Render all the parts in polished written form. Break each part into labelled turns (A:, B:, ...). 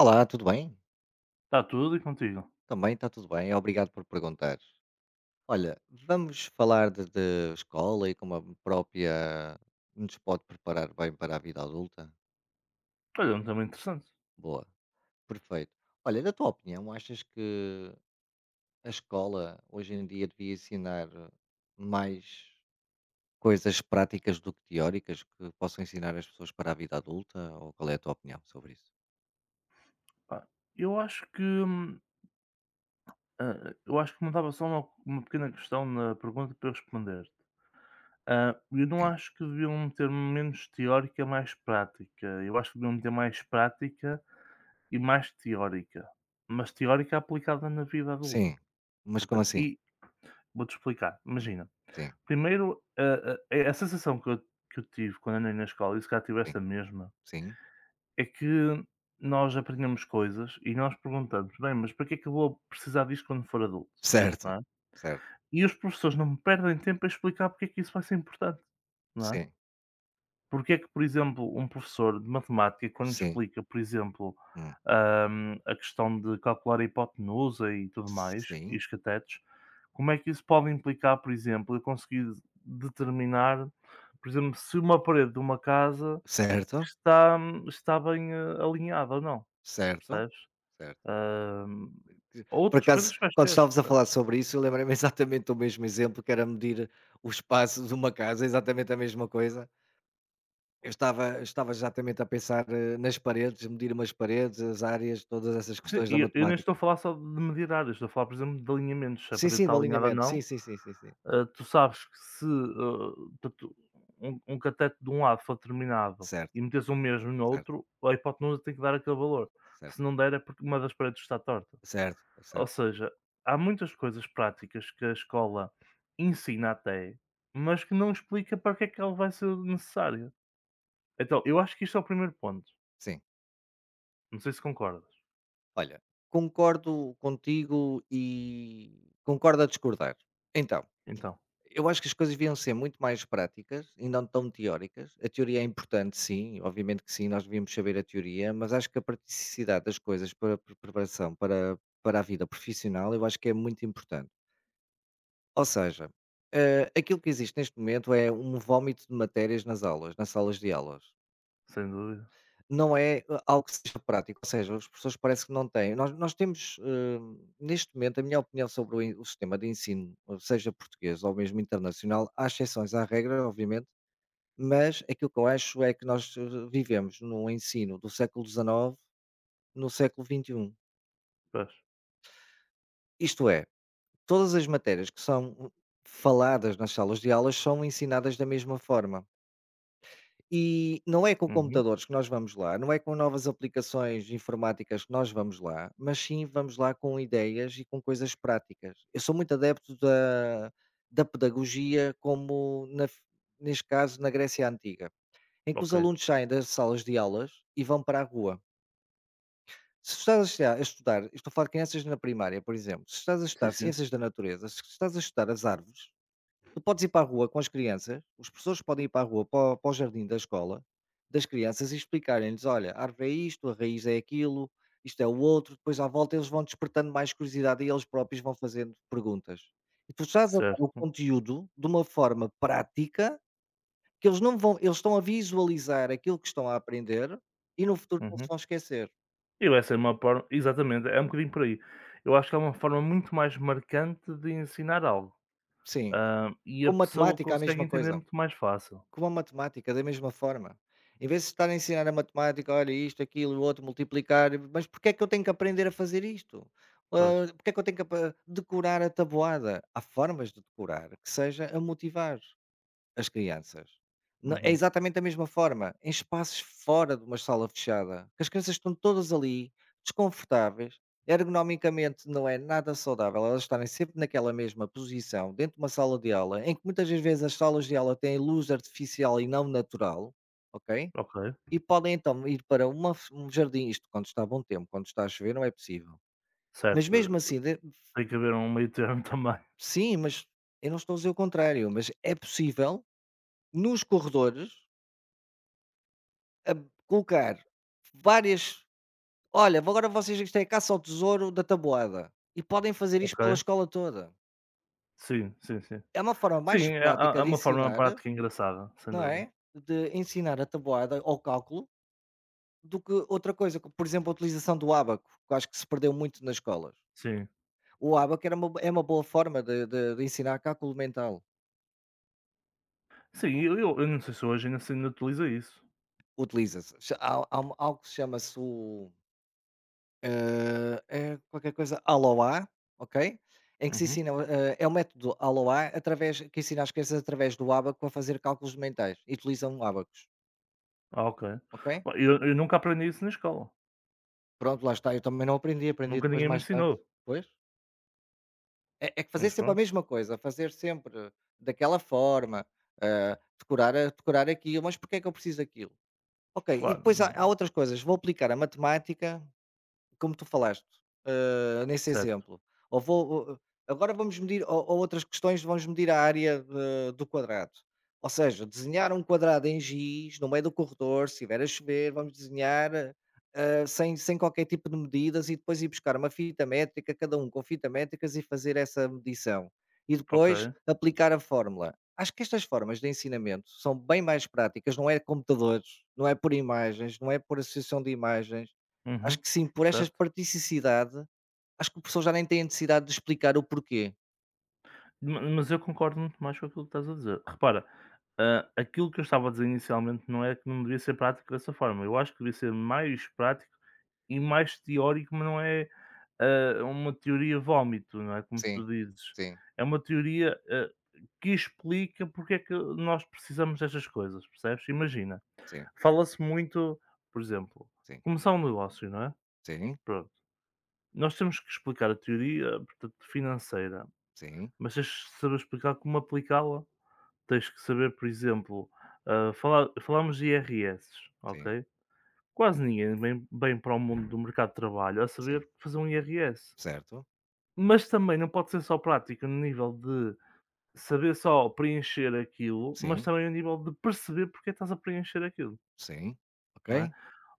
A: Olá, tudo bem?
B: Está tudo e contigo?
A: Também está tudo bem, obrigado por perguntar. Olha, vamos falar de escola e como a própria nos pode preparar bem para a vida adulta?
B: Olha, é um tema interessante.
A: Boa, perfeito. Olha, na tua opinião, achas que a escola hoje em dia devia ensinar mais coisas práticas do que teóricas que possam ensinar as pessoas para a vida adulta? Ou qual é a tua opinião sobre isso?
B: Pá, eu acho que, eu acho que me dava só uma pequena questão na pergunta para eu responder. Eu não
A: Sim,
B: acho que deviam ter menos teórica, mais prática. Eu acho que deviam ter mais prática e mais teórica, mas teórica aplicada na vida adulta,
A: sim. Mas
B: ok?
A: como assim?
B: E vou-te explicar. Imagina,
A: Sim,
B: primeiro, a sensação que eu tive quando andei na escola, e se calhar tivesse
A: sim,
B: a mesma,
A: sim.
B: é que nós aprendemos coisas e nós perguntamos: "Bem, mas para que é que eu vou precisar disto quando for adulto?", não
A: Certo,
B: é?
A: certo,
B: E os professores não perdem tempo a explicar porque é que isso vai ser importante, não é?
A: sim,
B: Porque é que, por exemplo, um professor de matemática quando
A: sim.
B: explica, por exemplo,
A: Hum,
B: a questão de calcular a hipotenusa e tudo mais, e
A: sim,
B: os catetos, como é que isso pode implicar, por exemplo, eu conseguir determinar, por exemplo, se uma parede de uma casa
A: certo,
B: está está bem, alinhada ou não?
A: certo,
B: Percebes?
A: certo.
B: Hã,
A: Que por
B: outras
A: acaso,
B: coisas
A: quando
B: quaisquer,
A: estávamos a falar
B: percebes?
A: sobre isso, eu lembrei-me exatamente do mesmo exemplo, que era medir o espaço de uma casa, exatamente a mesma coisa. Eu estava exatamente a pensar, nas paredes, medir umas paredes, as áreas, todas essas
B: Sim,
A: questões da
B: e eu nem estou a
A: matemática.
B: falar só de medir áreas, estou a falar, por exemplo, de alinhamentos, se a
A: Sim,
B: parede
A: sim,
B: está
A: do
B: alinhada ou
A: alinhamento. Sim,
B: não.
A: sim, sim, sim, sim.
B: Tu sabes que se, portanto, um cateto de um lado for determinado
A: Certo,
B: e meteres o mesmo no
A: certo,
B: outro, a hipotenusa tem que dar aquele valor. Se
A: certo,
B: não der é porque uma das paredes está torta.
A: certo,
B: Ou
A: certo,
B: seja, há muitas coisas práticas que a escola ensina até, mas que não explica para que é que ela vai ser necessária. Então, eu acho que isto é o primeiro ponto.
A: sim.
B: Não sei se concordas.
A: Olha, concordo contigo e concordo a discordar. Então.
B: Então,
A: Eu acho que as coisas deviam ser muito mais práticas e não tão teóricas. A teoria é importante, sim, obviamente que sim, nós devíamos saber a teoria, mas acho que a praticidade das coisas para a preparação para a vida profissional eu acho que é muito importante. Ou seja, aquilo que existe neste momento é um vómito de matérias nas aulas, nas salas de aulas.
B: sem dúvida.
A: Não é, algo que seja prático, ou seja, as pessoas parece que não têm. Nós temos, neste momento, a minha opinião sobre o sistema de ensino, seja português ou mesmo internacional, há exceções à regra, obviamente, mas aquilo que eu acho é que nós, vivemos num ensino do século XIX no século XXI.
B: Pois.
A: Isto é, todas as matérias que são faladas nas salas de aulas são ensinadas da mesma forma. E não é com
B: Uhum.
A: computadores que nós vamos lá, não é com novas aplicações informáticas que nós vamos lá, mas sim vamos lá com ideias e com coisas práticas. Eu sou muito adepto da pedagogia, como na neste caso na Grécia Antiga, em que
B: Ok.
A: os alunos saem das salas de aulas e vão para a rua. Se estás a estudar, estou a falar de crianças na primária, por exemplo, se estás a
B: Sim,
A: estudar
B: sim.
A: ciências da natureza, se estás a estudar as árvores, tu podes ir para a rua com as crianças, os professores podem ir para a rua, para o jardim da escola, das crianças, e explicarem-lhes: olha, a árvore é isto, a raiz é aquilo, isto é o outro. Depois, à volta, eles vão despertando mais curiosidade e eles próprios vão fazendo perguntas. E tu estás a dar o
B: Certo.
A: conteúdo de uma forma prática que eles não vão, eles estão a visualizar aquilo que estão a aprender e no futuro não se
B: Uhum.
A: vão esquecer.
B: E vai ser uma forma exatamente, é um bocadinho por aí. Eu acho que é uma forma muito mais marcante de ensinar algo,
A: Sim,
B: e a
A: como
B: pessoa
A: matemática, a
B: consegue
A: mesma
B: entender
A: coisa.
B: muito mais fácil.
A: Como a matemática, da mesma forma. Em vez de estar a ensinar a matemática, olha isto, aquilo, o outro, multiplicar, mas porque é que eu tenho que aprender a fazer isto?
B: Pois.
A: Ah, porque é que eu tenho que decorar a tabuada? Há formas de decorar que seja a motivar as crianças. Não é
B: Uhum.
A: exatamente da mesma forma, em espaços fora de uma sala fechada, que as crianças estão todas ali, desconfortáveis, ergonomicamente não é nada saudável elas estarem sempre naquela mesma posição, dentro de uma sala de aula, em que muitas das vezes as salas de aula têm luz artificial e não natural, ok?
B: Ok.
A: E podem então ir para uma um jardim, isto quando está bom tempo, quando está a chover não é possível. Mas
B: Certo.
A: mesmo assim,
B: Tem que haver um meio termo também.
A: sim, mas eu não estou a dizer o contrário, mas é possível nos corredores a colocar várias. Olha, agora vocês isto é caça ao tesouro da tabuada, e podem fazer isto
B: Ok.
A: pela escola toda.
B: Sim, sim, sim.
A: É uma forma
B: Sim,
A: mais
B: é é
A: prática
B: é
A: de
B: uma forma
A: ensinar,
B: prática engraçada, sem
A: não
B: dúvida.
A: é? De ensinar a tabuada ao cálculo do que outra coisa, como por exemplo a utilização do ábaco, que eu acho que se perdeu muito nas escolas.
B: Sim.
A: O ábaco era é uma boa forma de ensinar cálculo mental.
B: Sim, eu não sei se hoje ainda se ainda utiliza isso.
A: Utiliza-se. Há algo que se chama-se o... é qualquer coisa Aloha, ok? Em que se
B: Uhum.
A: ensina, é o método Aloha através, que ensina as crianças através do ábaco a fazer cálculos mentais e utilizam ábacos,
B: Ah, ok.
A: ok?
B: Bom, eu nunca aprendi isso na escola,
A: Pronto, lá está, eu também não aprendi, aprendi
B: nunca
A: depois
B: ninguém me
A: mais tarde.
B: ensinou,
A: Pois? É que fazer
B: mas
A: sempre a
B: pronto,
A: mesma coisa, fazer sempre daquela forma, decorar, decorar aquilo, mas porque é que eu preciso daquilo? Ok, e
B: claro,
A: depois há,
B: não
A: há outras coisas, vou aplicar a matemática como tu falaste, nesse
B: certo,
A: exemplo, ou vou, agora vamos medir, ou outras questões, vamos medir a área, do quadrado. Ou seja, desenhar um quadrado em giz, no meio do corredor, se estiver a chover, vamos desenhar, sem qualquer tipo de medidas, e depois ir buscar uma fita métrica, cada um com fita métricas, e fazer essa medição. E
B: ok,
A: depois aplicar a fórmula. Acho que estas formas de ensinamento são bem mais práticas, não é computadores, não é por imagens, não é por associação de imagens. Acho
B: uhum,
A: que sim, por esta
B: certo.
A: praticidade, acho que o pessoal já nem tem a necessidade de explicar o porquê.
B: Ma mas eu concordo muito mais com aquilo que estás a dizer. Repara, aquilo que eu estava a dizer inicialmente não é que não devia ser prático dessa forma, eu acho que devia ser mais prático e mais teórico, mas não é, uma teoria vómito, não é, como tu
A: Sim,
B: dizes.
A: sim,
B: É uma teoria, que explica porque é que nós precisamos destas coisas, percebes? Imagina.
A: sim,
B: Fala-se muito, por exemplo,
A: sim,
B: começar um negócio, não é?
A: sim,
B: Pronto. Nós temos que explicar a teoria, portanto, financeira,
A: sim,
B: mas tens que saber explicar como aplicá-la. Tens que saber, por exemplo, falar falamos de IRS,
A: sim,
B: ok? Quase ninguém vem para o mundo do mercado de trabalho a
A: sim,
B: saber fazer um IRS.
A: certo,
B: Mas também não pode ser só prática no nível de saber só preencher aquilo, mas
A: sim,
B: também no nível de perceber porque é que estás a preencher aquilo.
A: sim, ok,
B: Não é?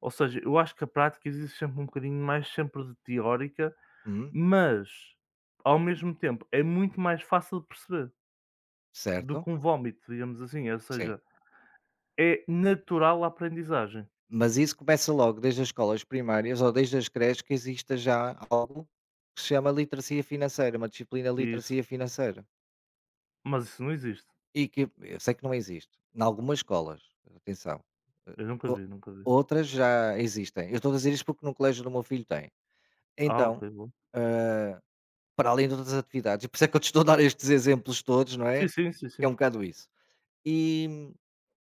B: Ou seja, eu acho que a prática exige sempre um bocadinho mais sempre de teórica,
A: uhum,
B: mas ao mesmo tempo é muito mais fácil de perceber do
A: certo,
B: que um vómito, digamos assim, ou
A: sim.
B: seja, é natural a aprendizagem,
A: Mas isso começa logo desde as escolas primárias ou desde as creches, que exista já algo que se chama literacia financeira, uma disciplina de
B: isso.
A: literacia financeira.
B: Mas isso não existe.
A: E que eu sei que não existe, em algumas escolas, atenção.
B: Eu nunca
A: O
B: vi, nunca vi.
A: outras já existem. Eu estou a dizer isto porque no colégio do meu filho tem.
B: Ah, ok,
A: Então,
B: bom.
A: eh, para além de outras atividades, e por isso é que eu te estou a dar estes exemplos todos, não
B: Sim,
A: é?
B: sim, sim,
A: Que é
B: sim.
A: um bocado isso. E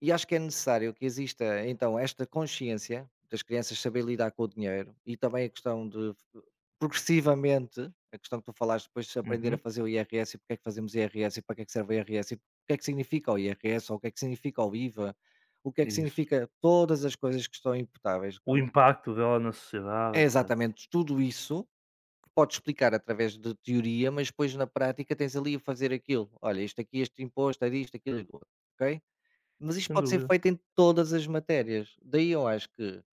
A: e acho que é necessário que exista então esta consciência das crianças saber lidar com o dinheiro, e também a questão de, progressivamente, a questão que tu falaste depois de aprender a
B: Uhum,
A: fazer o IRS e porque é que fazemos IRS e para que é que serve o IRS e o que é que significa o IRS ou o que é que significa o IVA, o que é que
B: isso.
A: significa todas as coisas que estão imputáveis
B: O
A: quando...
B: impacto dela na sociedade,
A: É
B: etcétera.
A: exatamente tudo isso que podes explicar através de teoria, mas depois na prática tens ali a fazer aquilo. Olha, isto aqui, este imposto, é disto, aquilo e do outro, ok? Mas isto
B: Sem
A: pode ser
B: dúvida.
A: feito em todas as matérias. Daí eu acho que,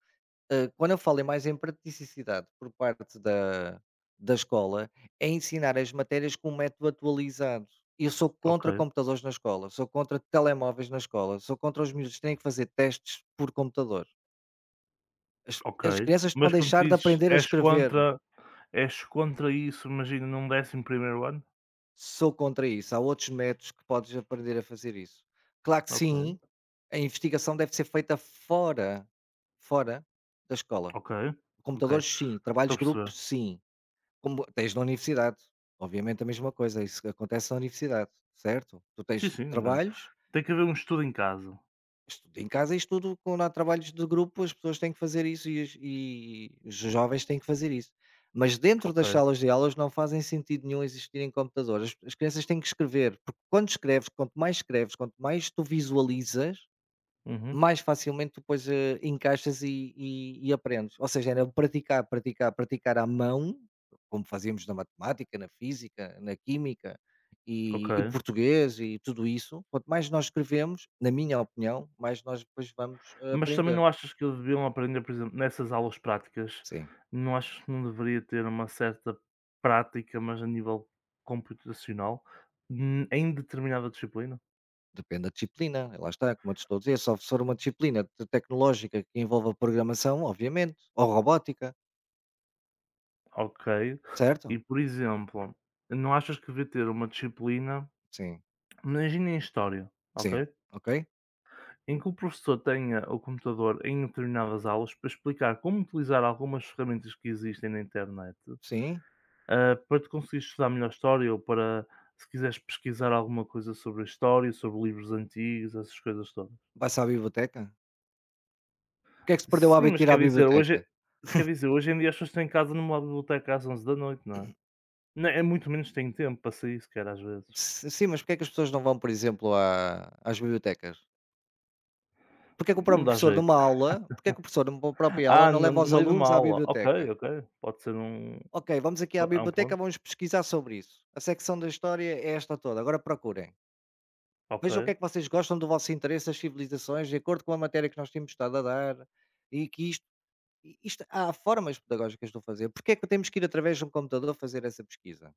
A: quando eu falo em mais em praticidade por parte da escola, é ensinar as matérias com um método atualizado. Eu sou
B: Ok,
A: contra computadores na escola, sou contra telemóveis na escola, sou contra os miúdos que têm que fazer testes por computador. As,
B: ok.
A: as crianças estão
B: Mas
A: a
B: quando
A: deixar de
B: dizes:
A: aprender a escrever.
B: És contra isso", imagina num 11 primeiro ano?
A: Sou contra isso. Há outros métodos que podes aprender a fazer isso. Claro que
B: Ok.
A: sim, a investigação deve ser feita fora, fora da escola.
B: Ok, ok.
A: Computadores, sim. Trabalhos
B: Estou a
A: de grupo,
B: perceber.
A: sim. Como tens na universidade. Obviamente a mesma coisa, isso acontece na universidade, certo? Tu
B: Sim,
A: tens
B: sim.
A: trabalhos.
B: Tem que haver um estudo em casa.
A: Estudo em casa e estudo quando há trabalhos de grupo, as pessoas têm que fazer isso e os jovens têm que fazer isso. Mas dentro das
B: Ok.
A: salas de aulas não fazem sentido nenhum existirem computadores. As crianças têm que escrever, porque quando escreves, quanto mais tu visualizas,
B: Uhum,
A: mais facilmente tu depois, encaixas e aprendes. Ou seja, era praticar, praticar, praticar à mão, como fazíamos na matemática, na física, na química e
B: ok.
A: português e tudo isso. Quanto mais nós escrevemos, na minha opinião, mais nós depois vamos,
B: Mas também
A: aprendendo.
B: não achas que eles deviam aprender, por exemplo, nessas aulas práticas,
A: Sim,
B: não achas que não deveria ter uma certa prática, mas a nível computacional, em determinada disciplina?
A: depende da disciplina, lá está, como eu te estou a dizer, só se for uma disciplina te tecnológica que envolva programação, obviamente, ou robótica,
B: Ok. E,
A: certo?
B: por exemplo, não achas que devia ter uma disciplina,
A: Sim,
B: imagina em História,
A: sim,
B: ok?
A: ok?
B: Em que o professor tenha o computador em determinadas aulas para explicar como utilizar algumas ferramentas que existem na internet,
A: Sim,
B: para te conseguir estudar melhor história ou para se quiseres pesquisar alguma coisa sobre a história, sobre livros antigos, essas coisas todas.
A: vais à biblioteca? Porque é que se perdeu o
B: Sim,
A: hábito de
B: mas
A: ir à biblioteca?
B: quer dizer, hoje em dia as pessoas estão em casa numa biblioteca às onze da noite, não é? Não, é muito menos têm tempo para sair sequer às vezes.
A: S sim, mas porque é que as pessoas não vão, por exemplo, à às bibliotecas? Porque é que o
B: Não me
A: próprio
B: dá
A: professor numa
B: jeito.
A: aula, porque é que o professor numa própria aula
B: Ah,
A: não
B: no
A: leva
B: no
A: os
B: meio de uma
A: alunos à
B: aula. Ok,
A: biblioteca?
B: ok, pode ser um
A: "Ok, vamos aqui à
B: é um
A: biblioteca,
B: ponto.
A: vamos pesquisar sobre isso. A secção da história é esta toda, agora procurem.
B: Ok,
A: Vejam o que é que vocês gostam, do vosso interesse, as civilizações, de acordo com a matéria que nós temos estado a dar, e que isto". I isto há formas pedagógicas de o fazer. Porque é que temos que ir através de um computador fazer essa pesquisa?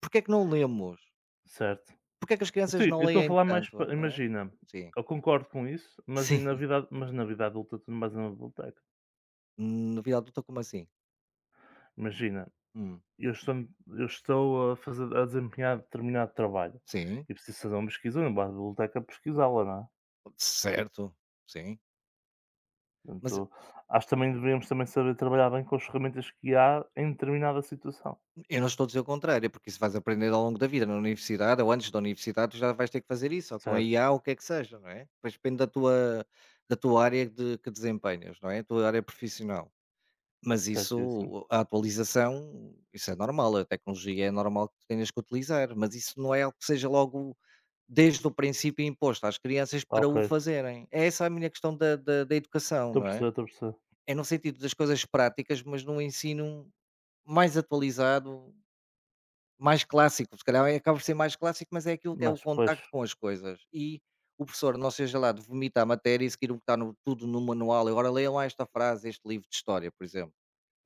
A: Porque é que não lemos?
B: certo.
A: Porque é que as crianças
B: Sim,
A: não
B: eu estou a
A: leem
B: falar mais
A: tanto,
B: pa
A: não é?
B: imagina,
A: Sim,
B: eu concordo com isso, mas e
A: sim.
B: na vida mas na vida adulta tu não vais a uma biblioteca.
A: Na vida adulta como assim?
B: Imagina,
A: Hum,
B: eu estou eu estou a fazer a desempenhar determinado trabalho
A: sim,
B: e preciso fazer uma pesquisa, eu não vou à biblioteca pesquisá-la, não é?
A: certo, sim. Mas
B: Portanto, acho que também deveríamos também saber trabalhar bem com as ferramentas que há em determinada situação.
A: eu não estou a dizer o contrário, é porque isso vais aprender ao longo da vida. Na universidade ou antes da universidade tu já vais ter que fazer isso, ou com a
B: Certo,
A: IA ou o que é que seja, não é? Depois depende da tua, área de, que desempenhas, não é? A tua área profissional. Mas
B: certo, e assim.
A: isso, a atualização, isso é normal, a tecnologia é normal que tenhas que utilizar, mas isso não é algo que seja logo desde o princípio imposto às crianças para
B: Ok,
A: o fazerem. É essa a minha questão da educação,
B: estou a
A: não é?
B: perceber, estou a perceber.
A: É no sentido das coisas práticas, mas num ensino mais atualizado, mais clássico, se calhar acaba por ser mais clássico, mas é aquilo que é o
B: Mas, pois,
A: contacto com as coisas. E o professor não seja lá de vomitar a matéria e seguir o que está no tudo no manual, agora leiam lá esta frase, este livro de história, por exemplo.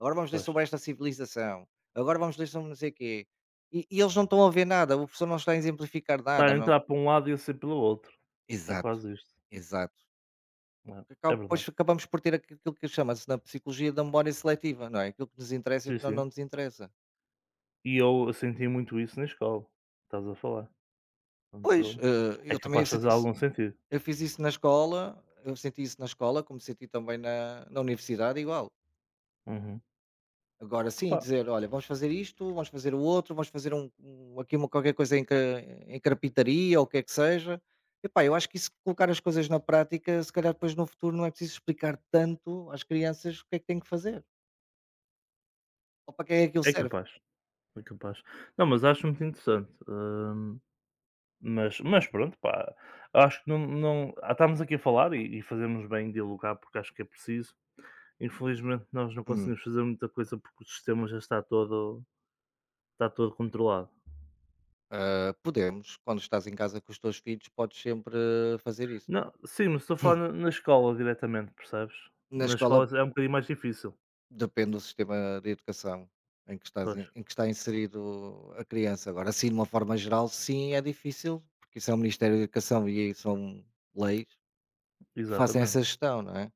A: Agora vamos ler
B: pois,
A: sobre esta civilização, agora vamos ler sobre não sei o quê. E eles não estão a ver nada, o professor não está a exemplificar
B: está
A: nada,
B: a
A: não...
B: entrar para um lado e a sair pelo outro, é
A: Exato,
B: quase isto,
A: exato.
B: é,
A: Que
B: é
A: acaba,
B: verdade.
A: depois acabamos por ter aqui aquilo que chama-se na psicologia da memória seletiva, não é? Aquilo que nos interessa e o
B: Sim,
A: que não,
B: sim.
A: não nos interessa.
B: E eu senti muito isso na escola, estás a falar.
A: Pois,
B: Portanto, é
A: eu também
B: capaz de
A: senti
B: fazer
A: isso,
B: algum sentido.
A: eu fiz isso na escola, eu senti isso na escola, como senti também na universidade, igual.
B: Uhum.
A: Agora sim,
B: Opa,
A: dizer, olha, vamos fazer isto, vamos fazer o outro, vamos fazer um, aqui uma, qualquer coisa em, em carpintaria ou o que é que seja. Epá, eu acho que isso, colocar as coisas na prática, se calhar depois no futuro não é preciso explicar tanto às crianças o que é que têm que fazer, ou para que é que aquilo
B: é
A: serve.
B: capaz, é capaz. Não, mas acho muito interessante. Mas pronto, pá, acho que não, não, estamos aqui a falar e fazemos bem de alugar porque acho que é preciso. Infelizmente nós não
A: Hum.
B: conseguimos fazer muita coisa porque o sistema já está todo controlado.
A: Podemos, quando estás em casa com os teus filhos, podes sempre, fazer isso.
B: Não, sim, mas estou a falar na, na escola diretamente, percebes?
A: Na
B: Na
A: escola
B: escola é um bocadinho mais difícil.
A: depende do sistema de educação em que estás,
B: Pois,
A: em que está inserido a criança. Agora, sim, de uma forma geral, sim, é difícil, porque isso é o Ministério da Educação e aí são leis que fazem
B: exatamente.
A: essa gestão, não é?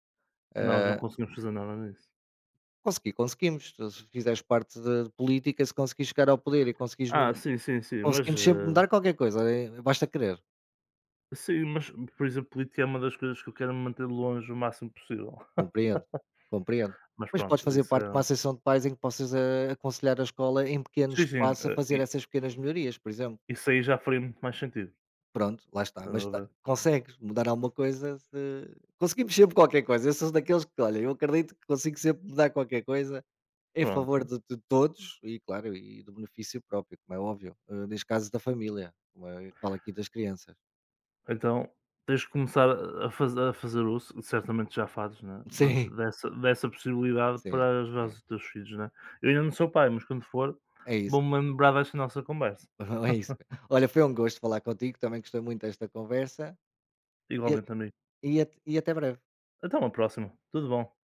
B: Nós
A: Eh,
B: não conseguimos fazer nada nisso.
A: conseguimos. Se fizeres parte de política, se conseguires chegar ao poder e conseguires,
B: Ah, sim, sim, sim, mas,
A: conseguimos sempre mudar qualquer coisa, basta querer.
B: sim, mas, por exemplo, política é uma das coisas que eu quero me manter longe o máximo possível.
A: Compreendo, compreendo.
B: Mas
A: Mas podes
B: pronto,
A: fazer
B: isso
A: parte de
B: é
A: uma
B: um,
A: associação de pais em que possas, aconselhar a escola em pequenos
B: sim, sim,
A: espaço a
B: eh,
A: fazer
B: i
A: essas pequenas melhorias, por exemplo.
B: isso aí já faria muito mais sentido,
A: Pronto, lá está,
B: a
A: mas
B: meu
A: ta
B: ver.
A: consegues mudar alguma coisa, se conseguimos sempre qualquer coisa. Eu sou daqueles que, olha, eu acredito que consigo sempre mudar qualquer coisa em favor
B: Pronto,
A: de todos, e claro, e do benefício próprio, como é óbvio, neste caso da família, como eu falo aqui das crianças.
B: então tens que começar a faze a fazer uso, certamente já fazes, né, mas
A: Sim,
B: dessa dessa possibilidade
A: sim,
B: para ajudar os
A: sim,
B: teus filhos, né. Eu ainda não sou pai, mas quando for,
A: é isso,
B: vou-me lembrar desta nossa conversa,
A: é isso. Olha, foi um gosto falar contigo, também gostei muito desta conversa. E,
B: igualmente amigo.
A: e até breve.
B: Até uma próxima, tudo bom.